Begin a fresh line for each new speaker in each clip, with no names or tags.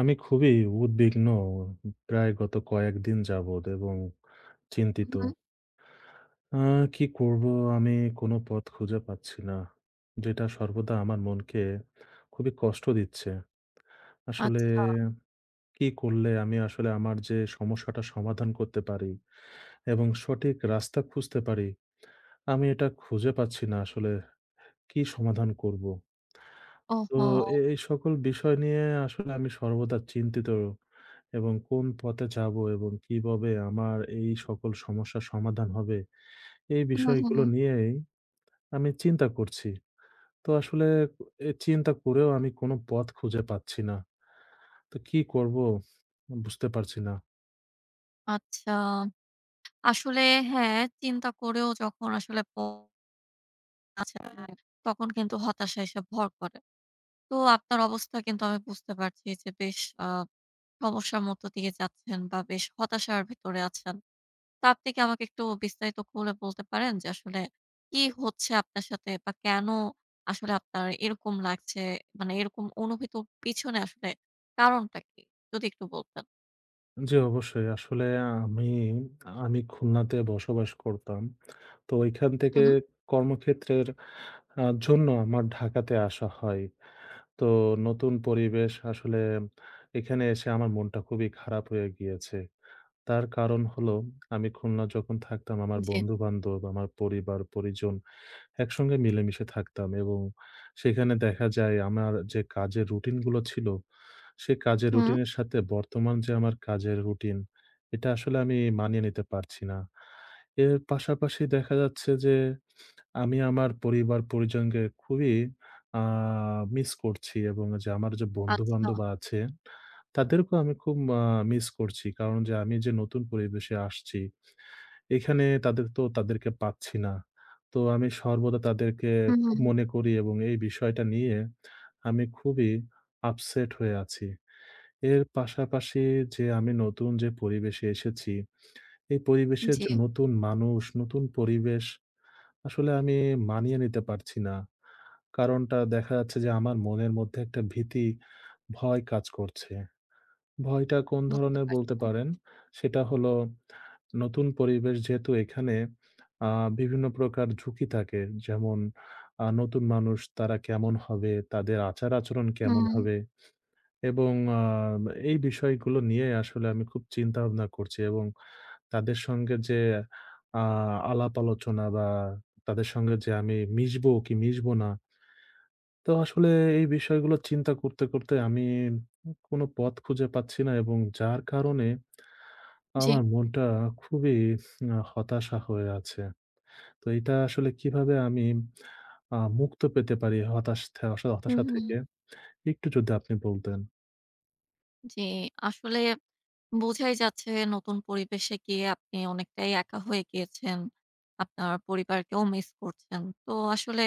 আমি খুবই উদ্বিগ্ন প্রায় গত কয়েকদিন যাবৎ এবং চিন্তিত।
হুম, হুম।
আ কি করব? আমি কোনো পথ খুঁজে পাচ্ছি না। যেটা সর্বদা আমার মনকে খুবই কষ্ট দিচ্ছে। আসলে
আচ্ছা।
কি করলে আমি আসলে আমার যে সমস্যাটা সমাধান করতে পারি এবং সঠিক রাস্তা খুঁজতে পারি, আমি এটা খুঁজে পাচ্ছি না আসলে কি সমাধান করব? তো
ওহো!
এই সকল বিষয় নিয়ে আসলে আমি সর্বদা চিন্তিত। এবং কোন পথে যাব এবং কিভাবে আমার এই সকল সমস্যার সমাধান হবে, এই
হুম, হুম।
বিষয়গুলো
হুম।
নিয়েই আমি চিন্তা করছি। তো আসলে চিন্তা করেও আমি কোনো পথ খুঁজে পাচ্ছি না। তো কি করব বুঝতে পারছি না।
আচ্ছা। আসলে হ্যাঁ, চিন্তা করেও যখন আসলে আচ্ছা, হ্যাঁ, তখন কিন্তু হতাশা এসে ভর করে। তো আপনার অবস্থা কিন্তু আমি বুঝতে পারছি যে বেশ আ সমস্যার মধ্য দিয়ে যাচ্ছেন বা বেশ হতাশার ভিতরে আছেন। তো আপনি কি আমাকে একটু বিস্তারিত খুলে বলতে পারেন যে আসলে কি হচ্ছে আপনার সাথে বা কেন আসলে আপনার এরকম লাগছে? মানে এরকম অনুভূতির পিছনে আসলে কারণটা কি? যদি একটু বলতেন।
জি, অবশ্যই। আসলে আমি আমি খুলনাতে বসবাস করতাম। তো ওইখান থেকে
হুম,
কর্মক্ষেত্রের জন্য আমার ঢাকাতে আসা হয়। তো নতুন পরিবেশ আসলে এখানে এসে আমার মনটা খুবই খারাপ হয়ে গিয়েছে। তার কারণ হলো আমি খুলনা যখন থাকতাম আমার
জি।
বন্ধু-বান্ধব, আমার পরিবার-পরিজন একসঙ্গে মিলেমিশে থাকতাম এবং সেখানে দেখা যায় আমার যে কাজের রুটিনগুলো ছিল, সে কাজের
হুম,
রুটিনের সাথে বর্তমান যে আমার কাজের রুটিন, এটা আসলে আমি মানিয়ে নিতে পারছি না। এর পাশাপাশি দেখা যাচ্ছে যে আমি আমার পরিবার-পরিজনকে খুবই আ মিস করছি এবং যে আমার যে
আচ্ছা।
বন্ধু-বান্ধব আছে, তাদেরকেও আমি খুব মিস করছি। কারণ যে আমি যে নতুন পরিবেশে আসছি, এখানে তাদেরকে পাচ্ছি না। তো আমি সর্বদা তাদেরকে
হুম,
খুব
হুম, হুম।
মনে করি এবং এই বিষয়টা নিয়ে আমি খুবই আপসেট হয়ে আছি। এর পাশাপাশি যে আমি নতুন যে পরিবেশে এসেছি, এই পরিবেশের
জি,
যে নতুন মানুষ, নতুন পরিবেশ আসলে আমি মানিয়ে নিতে পারছি না। কারণটা দেখা যাচ্ছে যে আমার মনের মধ্যে একটা ভীতি, ভয় কাজ করছে। ভয়টা কোন
বুঝতে
ধরনের
পারছি।
বলতে পারেন? সেটা হলো নতুন পরিবেশ যেহেতু এখানে আ বিভিন্ন প্রকার ঝুঁকি থাকে। যেমন নতুন মানুষ তারা কেমন হবে? তাদের আচার-আচরণ কেমন
হুম,
হবে? এবং আ এই বিষয়গুলো নিয়ে আসলে আমি খুব চিন্তা ভাবনা করছি এবং তাদের সঙ্গে যে আ আলাপ আলোচনা বা তাদের সঙ্গে যে আমি মিশবো কি মিশবো না। তো আসলে এই বিষয়গুলো চিন্তা করতে আমি কোনো পথ খুঁজে পাচ্ছি না এবং যার কারণে
জি।
আমার মনটা খুবই হতাশা হয়ে আছে। তো এটা আসলে কিভাবে আমি মুক্ত পেতে পারি
হুম,
হতাশা
হুম।
থেকে
হুম।
একটু যদি আপনি বলতেন।
জি, আসলে বোঝাই যাচ্ছে নতুন পরিবেশে গিয়ে আপনি অনেকটাই একা হয়ে গিয়েছেন। আপনার পরিবারকেও মিস করছেন। তো আসলে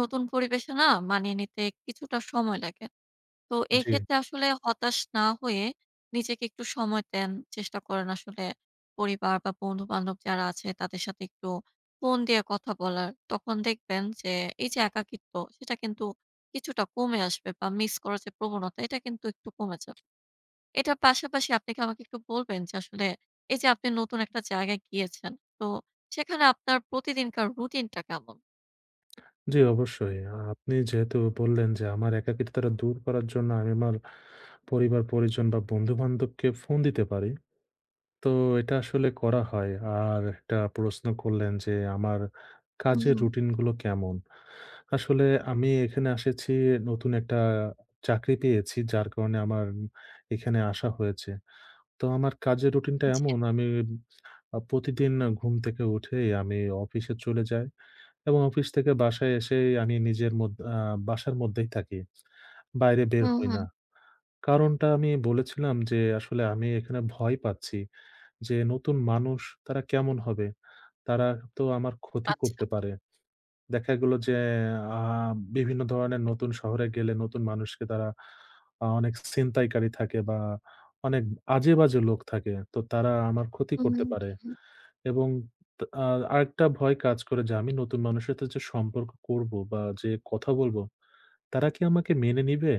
নতুন পরিবেশে না মানিয়ে নিতে কিছুটা সময় লাগে। তো
জি।
এক্ষেত্রে আসলে হতাশ না হয়ে নিজেকে একটু সময় দেন। চেষ্টা করেন আসলে পরিবার বা বন্ধু-বান্ধব যারা আছে তাদের সাথে একটু ফোন দিয়ে কথা বলার। তখন দেখবেন যে এই যে একাকিত্ব সেটা কিন্তু কিছুটা কমে আসবে বা মিস করার যে প্রবণতা এটা কিন্তু একটু কমে যাবে। এটার পাশাপাশি আপনি কি আমাকে একটু বলবেন যে আসলে এই যে আপনি নতুন একটা জায়গায় গিয়েছেন, তো সেখানে আপনার প্রতিদিনকার রুটিনটা কেমন?
জি, অবশ্যই। আপনি যেহেতু বললেন যে, আমার একাকিত্বটা দূর করার জন্য আমি আমার পরিবার-পরিজন বা বন্ধু-বান্ধবকে ফোন দিতে পারি। তো এটা আসলে করা হয়। আর একটা প্রশ্ন করলেন যে, আমার
হুম,
কাজের
হুম।
রুটিনগুলো কেমন? আসলে আমি এখানে এসেছি নতুন একটা চাকরি পেয়েছি, যার কারণে আমার এখানে আসা হয়েছে। তো আমার কাজের রুটিনটা
জি।
এমন আমি প্রতিদিন ঘুম থেকে উঠেই আমি অফিসে চলে যাই। এবং অফিস থেকে বাসায় এসেই আমি নিজের মধ্য আ বাসার মধ্যেই থাকি। বাইরে বের
হুম,
হই
হুম।
না। কারণটা আমি বলেছিলাম যে আসলে আমি এখানে ভয় পাচ্ছি যে নতুন মানুষ তারা কেমন হবে? তারা তো আমার ক্ষতি
আচ্ছা।
করতে পারে। দেখা গেল যে আ বিভিন্ন ধরনের নতুন শহরে গেলে নতুন মানুষকে তারা অনেক ছিনতাইকারী থাকে বা অনেক আজে বাজে লোক থাকে। তো তারা আমার ক্ষতি
হুম,
করতে
হুম,
পারে।
হুম।
এবং তা আ আরেকটা ভয় কাজ করে যে আমি নতুন মানুষের সাথে যে সম্পর্ক করব বা যে কথা বলব, তারা কি আমাকে মেনে নিবে?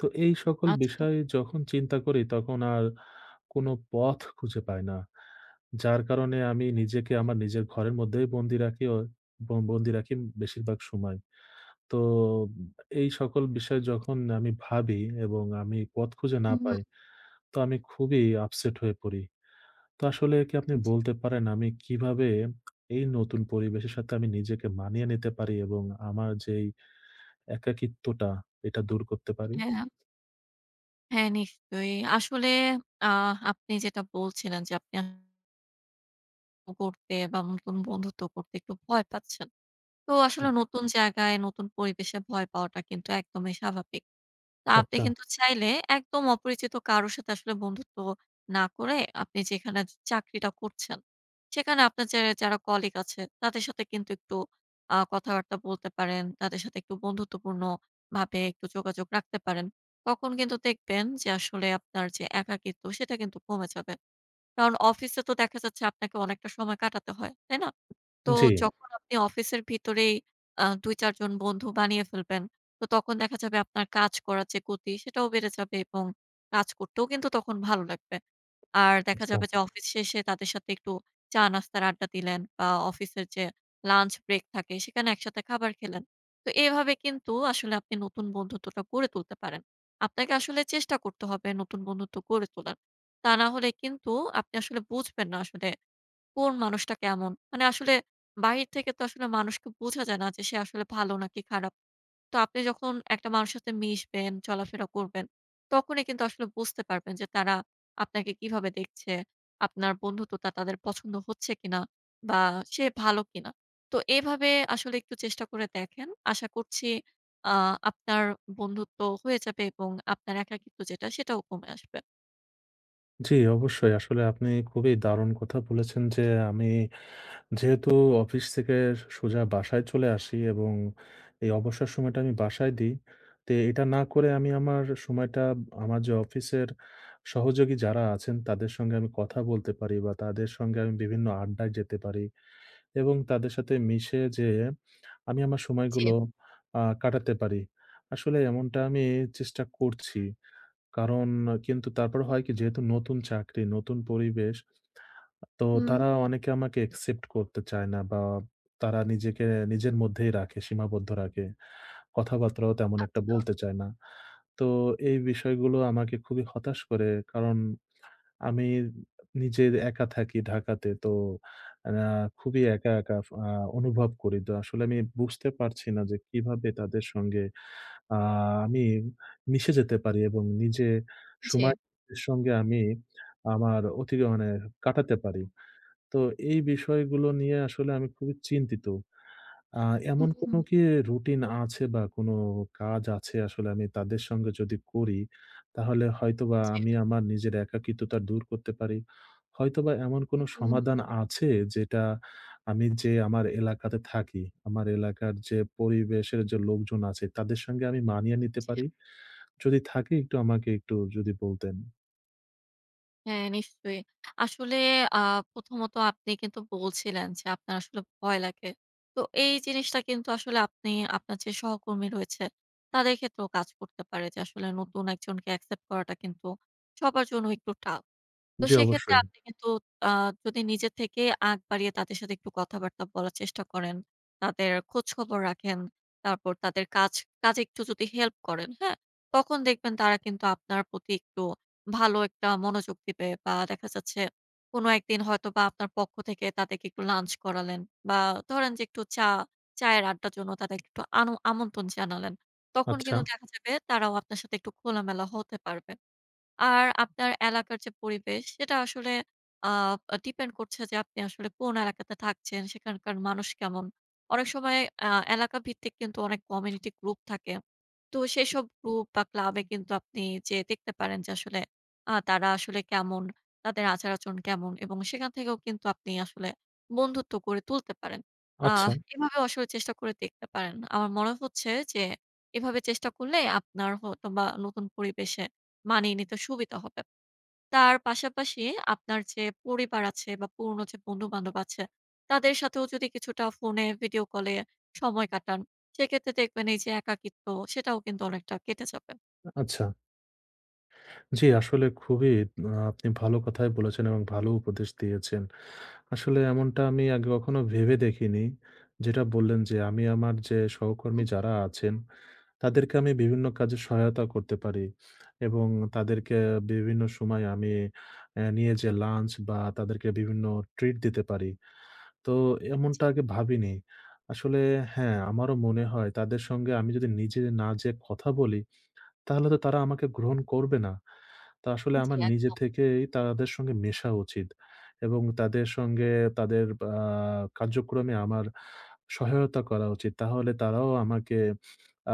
তো এই সকল
আচ্ছা।
বিষয় যখন চিন্তা করি তখন আর কোন পথ খুঁজে পাই না। যার কারণে আমি নিজেকে আমার নিজের ঘরের মধ্যেই বন্দি রাখি বেশিরভাগ সময়। তো এই সকল বিষয় যখন আমি ভাবি এবং আমি পথ খুঁজে না
হুম,
পাই, তো আমি খুবই আপসেট হয়ে পড়ি। তো আসলে কি আপনি
হুম।
বলতে পারেন আমি কিভাবে এই নতুন পরিবেশের সাথে আমি নিজেকে মানিয়ে নিতে পারি এবং আমার যেই একাকিত্বটা এটা দূর করতে পারি?
হ্যাঁ, হ্যাঁ নিশ্চয়ই। আসলে আ আপনি যেটা বলছিলেন যে আপনি আসলে করতে বা নতুন বন্ধুত্ব করতে একটু ভয় পাচ্ছেন। তো আসলে
হুম।
নতুন জায়গায়, নতুন পরিবেশে ভয় পাওয়াটা কিন্তু একদমই স্বাভাবিক। তো আপনি
আচ্ছা,
কিন্তু চাইলে একদম অপরিচিত কারো সাথে আসলে বন্ধুত্ব না করে আপনি যেখানে চাকরিটা করছেন, সেখানে আপনার যে যারা কলিগ আছে তাদের সাথে কিন্তু একটু কথাবার্তা বলতে পারেন। তাদের সাথে একটু বন্ধুত্বপূর্ণ ভাবে একটু যোগাযোগ রাখতে পারেন। তখন কিন্তু দেখবেন যে আসলে আপনার যে একাকিত্ব সেটা কিন্তু কমে যাবে। কারণ অফিসে তো দেখা যাচ্ছে আপনাকে অনেকটা সময় কাটাতে হয়, তাই না? তো
জি।
হুম। যখন আপনি অফিসের ভিতরেই ২-৪ জন বন্ধু বানিয়ে ফেলবেন, তো তখন দেখা যাবে আপনার কাজ করার যে গতি সেটাও বেড়ে যাবে এবং কাজ করতেও কিন্তু তখন ভালো লাগবে। আর দেখা
আচ্ছা।
যাবে যে অফিস শেষে তাদের সাথে একটু চা-নাস্তার আড্ডা দিলেন বা অফিসের যে লাঞ্চ ব্রেক থাকে সেখানে একসাথে খাবার খেলেন। তো এভাবে কিন্তু আসলে আপনি নতুন বন্ধুত্বটা গড়ে তুলতে পারেন। আপনাকে আসলে চেষ্টা করতে হবে নতুন বন্ধুত্ব গড়ে তোলার। তা না হলে কিন্তু আপনি আসলে বুঝবেন না আসলে কোন মানুষটা কেমন। মানে আসলে বাহির থেকে তো আসলে মানুষকে বোঝা যায় না যে সে আসলে ভালো নাকি খারাপ। তো আপনি যখন একটা মানুষের সাথে মিশবেন, চলাফেরা করবেন, তখনই কিন্তু আসলে বুঝতে পারবেন যে তারা আপনাকে কিভাবে দেখছে, আপনার বন্ধুত্বটা তাদের পছন্দ হচ্ছে কিনা বা সে ভালো কিনা। তো এভাবে আসলে একটু চেষ্টা করে দেখেন। আশা করছি আ আপনার বন্ধুত্ব হয়ে যাবে এবং আপনার একাকিত্ব যেটা সেটাও কমে আসবে।
জি, অবশ্যই। আসলে আপনি খুবই দারুণ কথা বলেছেন যে আমি যেহেতু অফিস থেকে সোজা বাসায় চলে আসি এবং এই অবসর সময়টা আমি বাসায় দিই। তো এটা না করে আমি আমার সময়টা আমার যে অফিসের সহযোগী যারা আছেন তাদের সঙ্গে আমি কথা বলতে পারি বা তাদের সঙ্গে আমি বিভিন্ন আড্ডায় যেতে পারি এবং তাদের সাথে মিশে যেয়ে আমি আমার
জি।
সময়গুলো কাটাতে পারি। আসলে এমনটা আমি চেষ্টা করছি। কারণ কিন্তু তারপর হয় কি যেহেতু নতুন চাকরি, নতুন পরিবেশ তো
হুম।
তারা অনেকে আমাকে একসেপ্ট করতে চায় না বা তারা নিজেকে নিজের মধ্যেই রাখে, সীমাবদ্ধ রাখে। কথাবার্তাও তেমন
আ
একটা বলতে চায় না। তো এই বিষয়গুলো আমাকে খুবই হতাশ করে। কারণ আমি নিজে একা থাকি ঢাকাতে। তো আ খুবই একা, একা ফ আ অনুভব করি। তো আসলে আমি বুঝতে পারছি না যে কিভাবে তাদের সঙ্গে আ আমি মিশে যেতে পারি এবং নিজে
জি।
সময়ের সঙ্গে আমি আমার অতি মানে কাটাতে পারি। তো এই বিষয়গুলো নিয়ে আসলে আমি খুবই চিন্তিত। আ এমন
হুম,
কোনো কি রুটিন আছে বা কোনো কাজ আছে আসলে আমি তাদের সঙ্গে যদি করি, তাহলে হয়তোবা
জি।
আমি আমার নিজের একাকিত্বতা দূর করতে পারি। হয়তোবা এমন কোনো
হুম,
সমাধান আছে যেটা আমি যে আমার এলাকাতে থাকি, আমার এলাকার যে পরিবেশের যে লোকজন আছে তাদের সঙ্গে আমি মানিয়ে নিতে
জি।
পারি? যদি থাকে একটু আমাকে একটু যদি বলতেন।
হ্যাঁ, নিশ্চয়ই। আসলে আ প্রথমত আপনি কিন্তু বলছিলেন যে আপনার আসলে ভয় লাগে। তো এই জিনিসটা কিন্তু আসলে আপনি আপনার যে সহকর্মী রয়েছে তাদের ক্ষেত্রেও কাজ করতে পারে যে আসলে নতুন একজনকে অ্যাকসেপ্ট করাটা কিন্তু সবার জন্য একটু টাফ। তো
জি,
সেক্ষেত্রে
অবশ্যই।
আপনি কিন্তু আ যদি নিজে থেকে আগ বাড়িয়ে তাদের সাথে একটু কথাবার্তা বলার চেষ্টা করেন, তাদের খোঁজখবর রাখেন, তারপর তাদের কাজে একটু যদি হেল্প করেন, হ্যাঁ? তখন দেখবেন তারা কিন্তু আপনার প্রতি একটু ভালো একটা মনোযোগ দিবে বা দেখা যাচ্ছে কোনো একদিন হয়তোবা আপনার পক্ষ থেকে তাদেরকে একটু লাঞ্চ করালেন বা ধরেন যে একটু চায়ের আড্ডার জন্য তাদেরকে একটু আমন্ত্রণ জানালেন। তখন
আচ্ছা,
কিন্তু দেখা যাবে তারাও আপনার সাথে একটু খোলামেলা হতে পারবে। আর আপনার এলাকার যে পরিবেশ সেটা আসলে আ ডিপেন্ড করছে যে আপনি আসলে কোন এলাকাতে থাকছেন, সেখানকার মানুষ কেমন। অনেক সময় আ এলাকা ভিত্তিক কিন্তু অনেক কমিউনিটি গ্রুপ থাকে। তো সেসব গ্রুপ বা ক্লাবে কিন্তু আপনি যেয়ে দেখতে পারেন যে আসলে তারা আসলে কেমন, তাদের আচার-আচরণ কেমন এবং সেখান থেকেও কিন্তু আপনি আসলে বন্ধুত্ব গড়ে তুলতে পারেন। আহ
আচ্ছা,
এভাবেও আসলে চেষ্টা করে দেখতে পারেন। আমার মনে হচ্ছে যে এভাবে চেষ্টা করলে আপনার হয়তোবা নতুন পরিবেশে মানিয়ে নিতে সুবিধা হবে। তার পাশাপাশি আপনার যে পরিবার আছে বা পুরনো যে বন্ধু-বান্ধব আছে, তাদের সাথেও যদি কিছুটা ফোনে ভিডিও কলে সময় কাটান, সেক্ষেত্রে দেখবেন এই যে একাকিত্ব সেটাও কিন্তু অনেকটা কেটে যাবে।
আচ্ছা। জি, আসলে খুবই আপনি ভালো কথাই বলেছেন এবং ভালো উপদেশ দিয়েছেন। আসলে এমনটা আমি আগে কখনো ভেবে দেখিনি। যেটা বললেন যে আমি আমার যে সহকর্মী
হুম,
যারা আছেন, তাদেরকে আমি বিভিন্ন কাজে সহায়তা করতে পারি এবং তাদেরকে বিভিন্ন সময় আমি নিয়ে যেয়ে লাঞ্চ বা তাদেরকে বিভিন্ন ট্রিট দিতে পারি। তো এমনটা আগে ভাবিনি। আসলে হ্যাঁ, আমারও মনে হয় তাদের সঙ্গে আমি যদি নিজে না যেয়ে কথা বলি তাহলে তো তারা আমাকে গ্রহণ করবে না। তো আসলে
জি
আমার নিজে
একদম।
থেকেই তাদের সঙ্গে মেশা উচিত এবং তাদের সঙ্গে তাদের আ কার্যক্রমে আমার সহায়তা করা উচিত। তাহলে তারাও আমাকে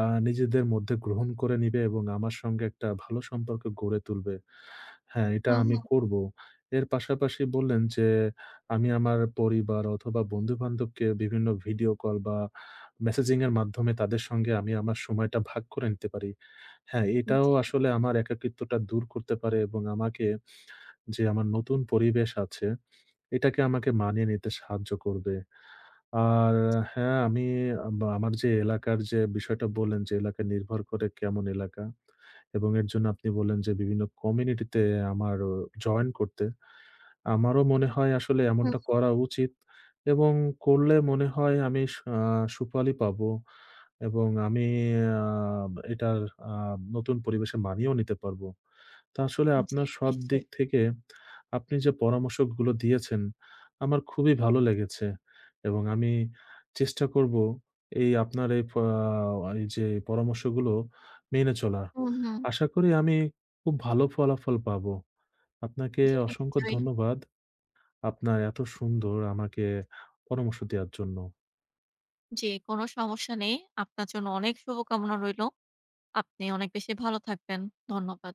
আ নিজেদের মধ্যে গ্রহণ করে নিবে এবং আমার সঙ্গে একটা ভালো সম্পর্ক গড়ে তুলবে। হ্যাঁ, এটা
হুম,
আমি
হুম।
করব। এর পাশাপাশি বললেন যে, আমি আমার পরিবার অথবা বন্ধু-বান্ধবকে বিভিন্ন ভিডিও কল বা মেসেজিং এর মাধ্যমে তাদের সঙ্গে আমি আমার সময়টা ভাগ করে নিতে পারি। হ্যাঁ, এটাও
জি।
আসলে আমার একাকিত্বটা দূর করতে পারে এবং আমাকে যে আমার নতুন পরিবেশ আছে, এটাকে আমাকে মানিয়ে নিতে সাহায্য করবে। আর হ্যাঁ, আমি বা আমার যে এলাকার যে বিষয়টা বললেন যে এলাকা নির্ভর করে কেমন এলাকা এবং এর জন্য আপনি বললেন যে বিভিন্ন কমিউনিটিতে আমার জয়েন করতে। আমারও মনে হয় আসলে এমনটা করা উচিত এবং করলে মনে হয় আমি স আ সুফলই পাবো এবং আমি আ এটার আ নতুন পরিবেশে মানিয়েও নিতে পারবো। তো আসলে
হুম, জি
আপনার সব দিক
নিশ্চয়ই।
থেকে আপনি যে পরামর্শগুলো দিয়েছেন, আমার খুবই ভালো লেগেছে এবং আমি চেষ্টা করবো এই আপনার এই প আহ, এই যে পরামর্শগুলো মেনে চলার।
হুম, হুম।
আশা করি আমি খুব ভালো ফলাফল পাবো। আপনাকে
জি
অসংখ্য
নিশ্চয়ই।
ধন্যবাদ। আপনার এত সুন্দর আমাকে পরামর্শ দেওয়ার জন্য।
জি, কোনো সমস্যা নেই। আপনার জন্য অনেক শুভকামনা রইলো। আপনি অনেক বেশি ভালো থাকবেন। ধন্যবাদ।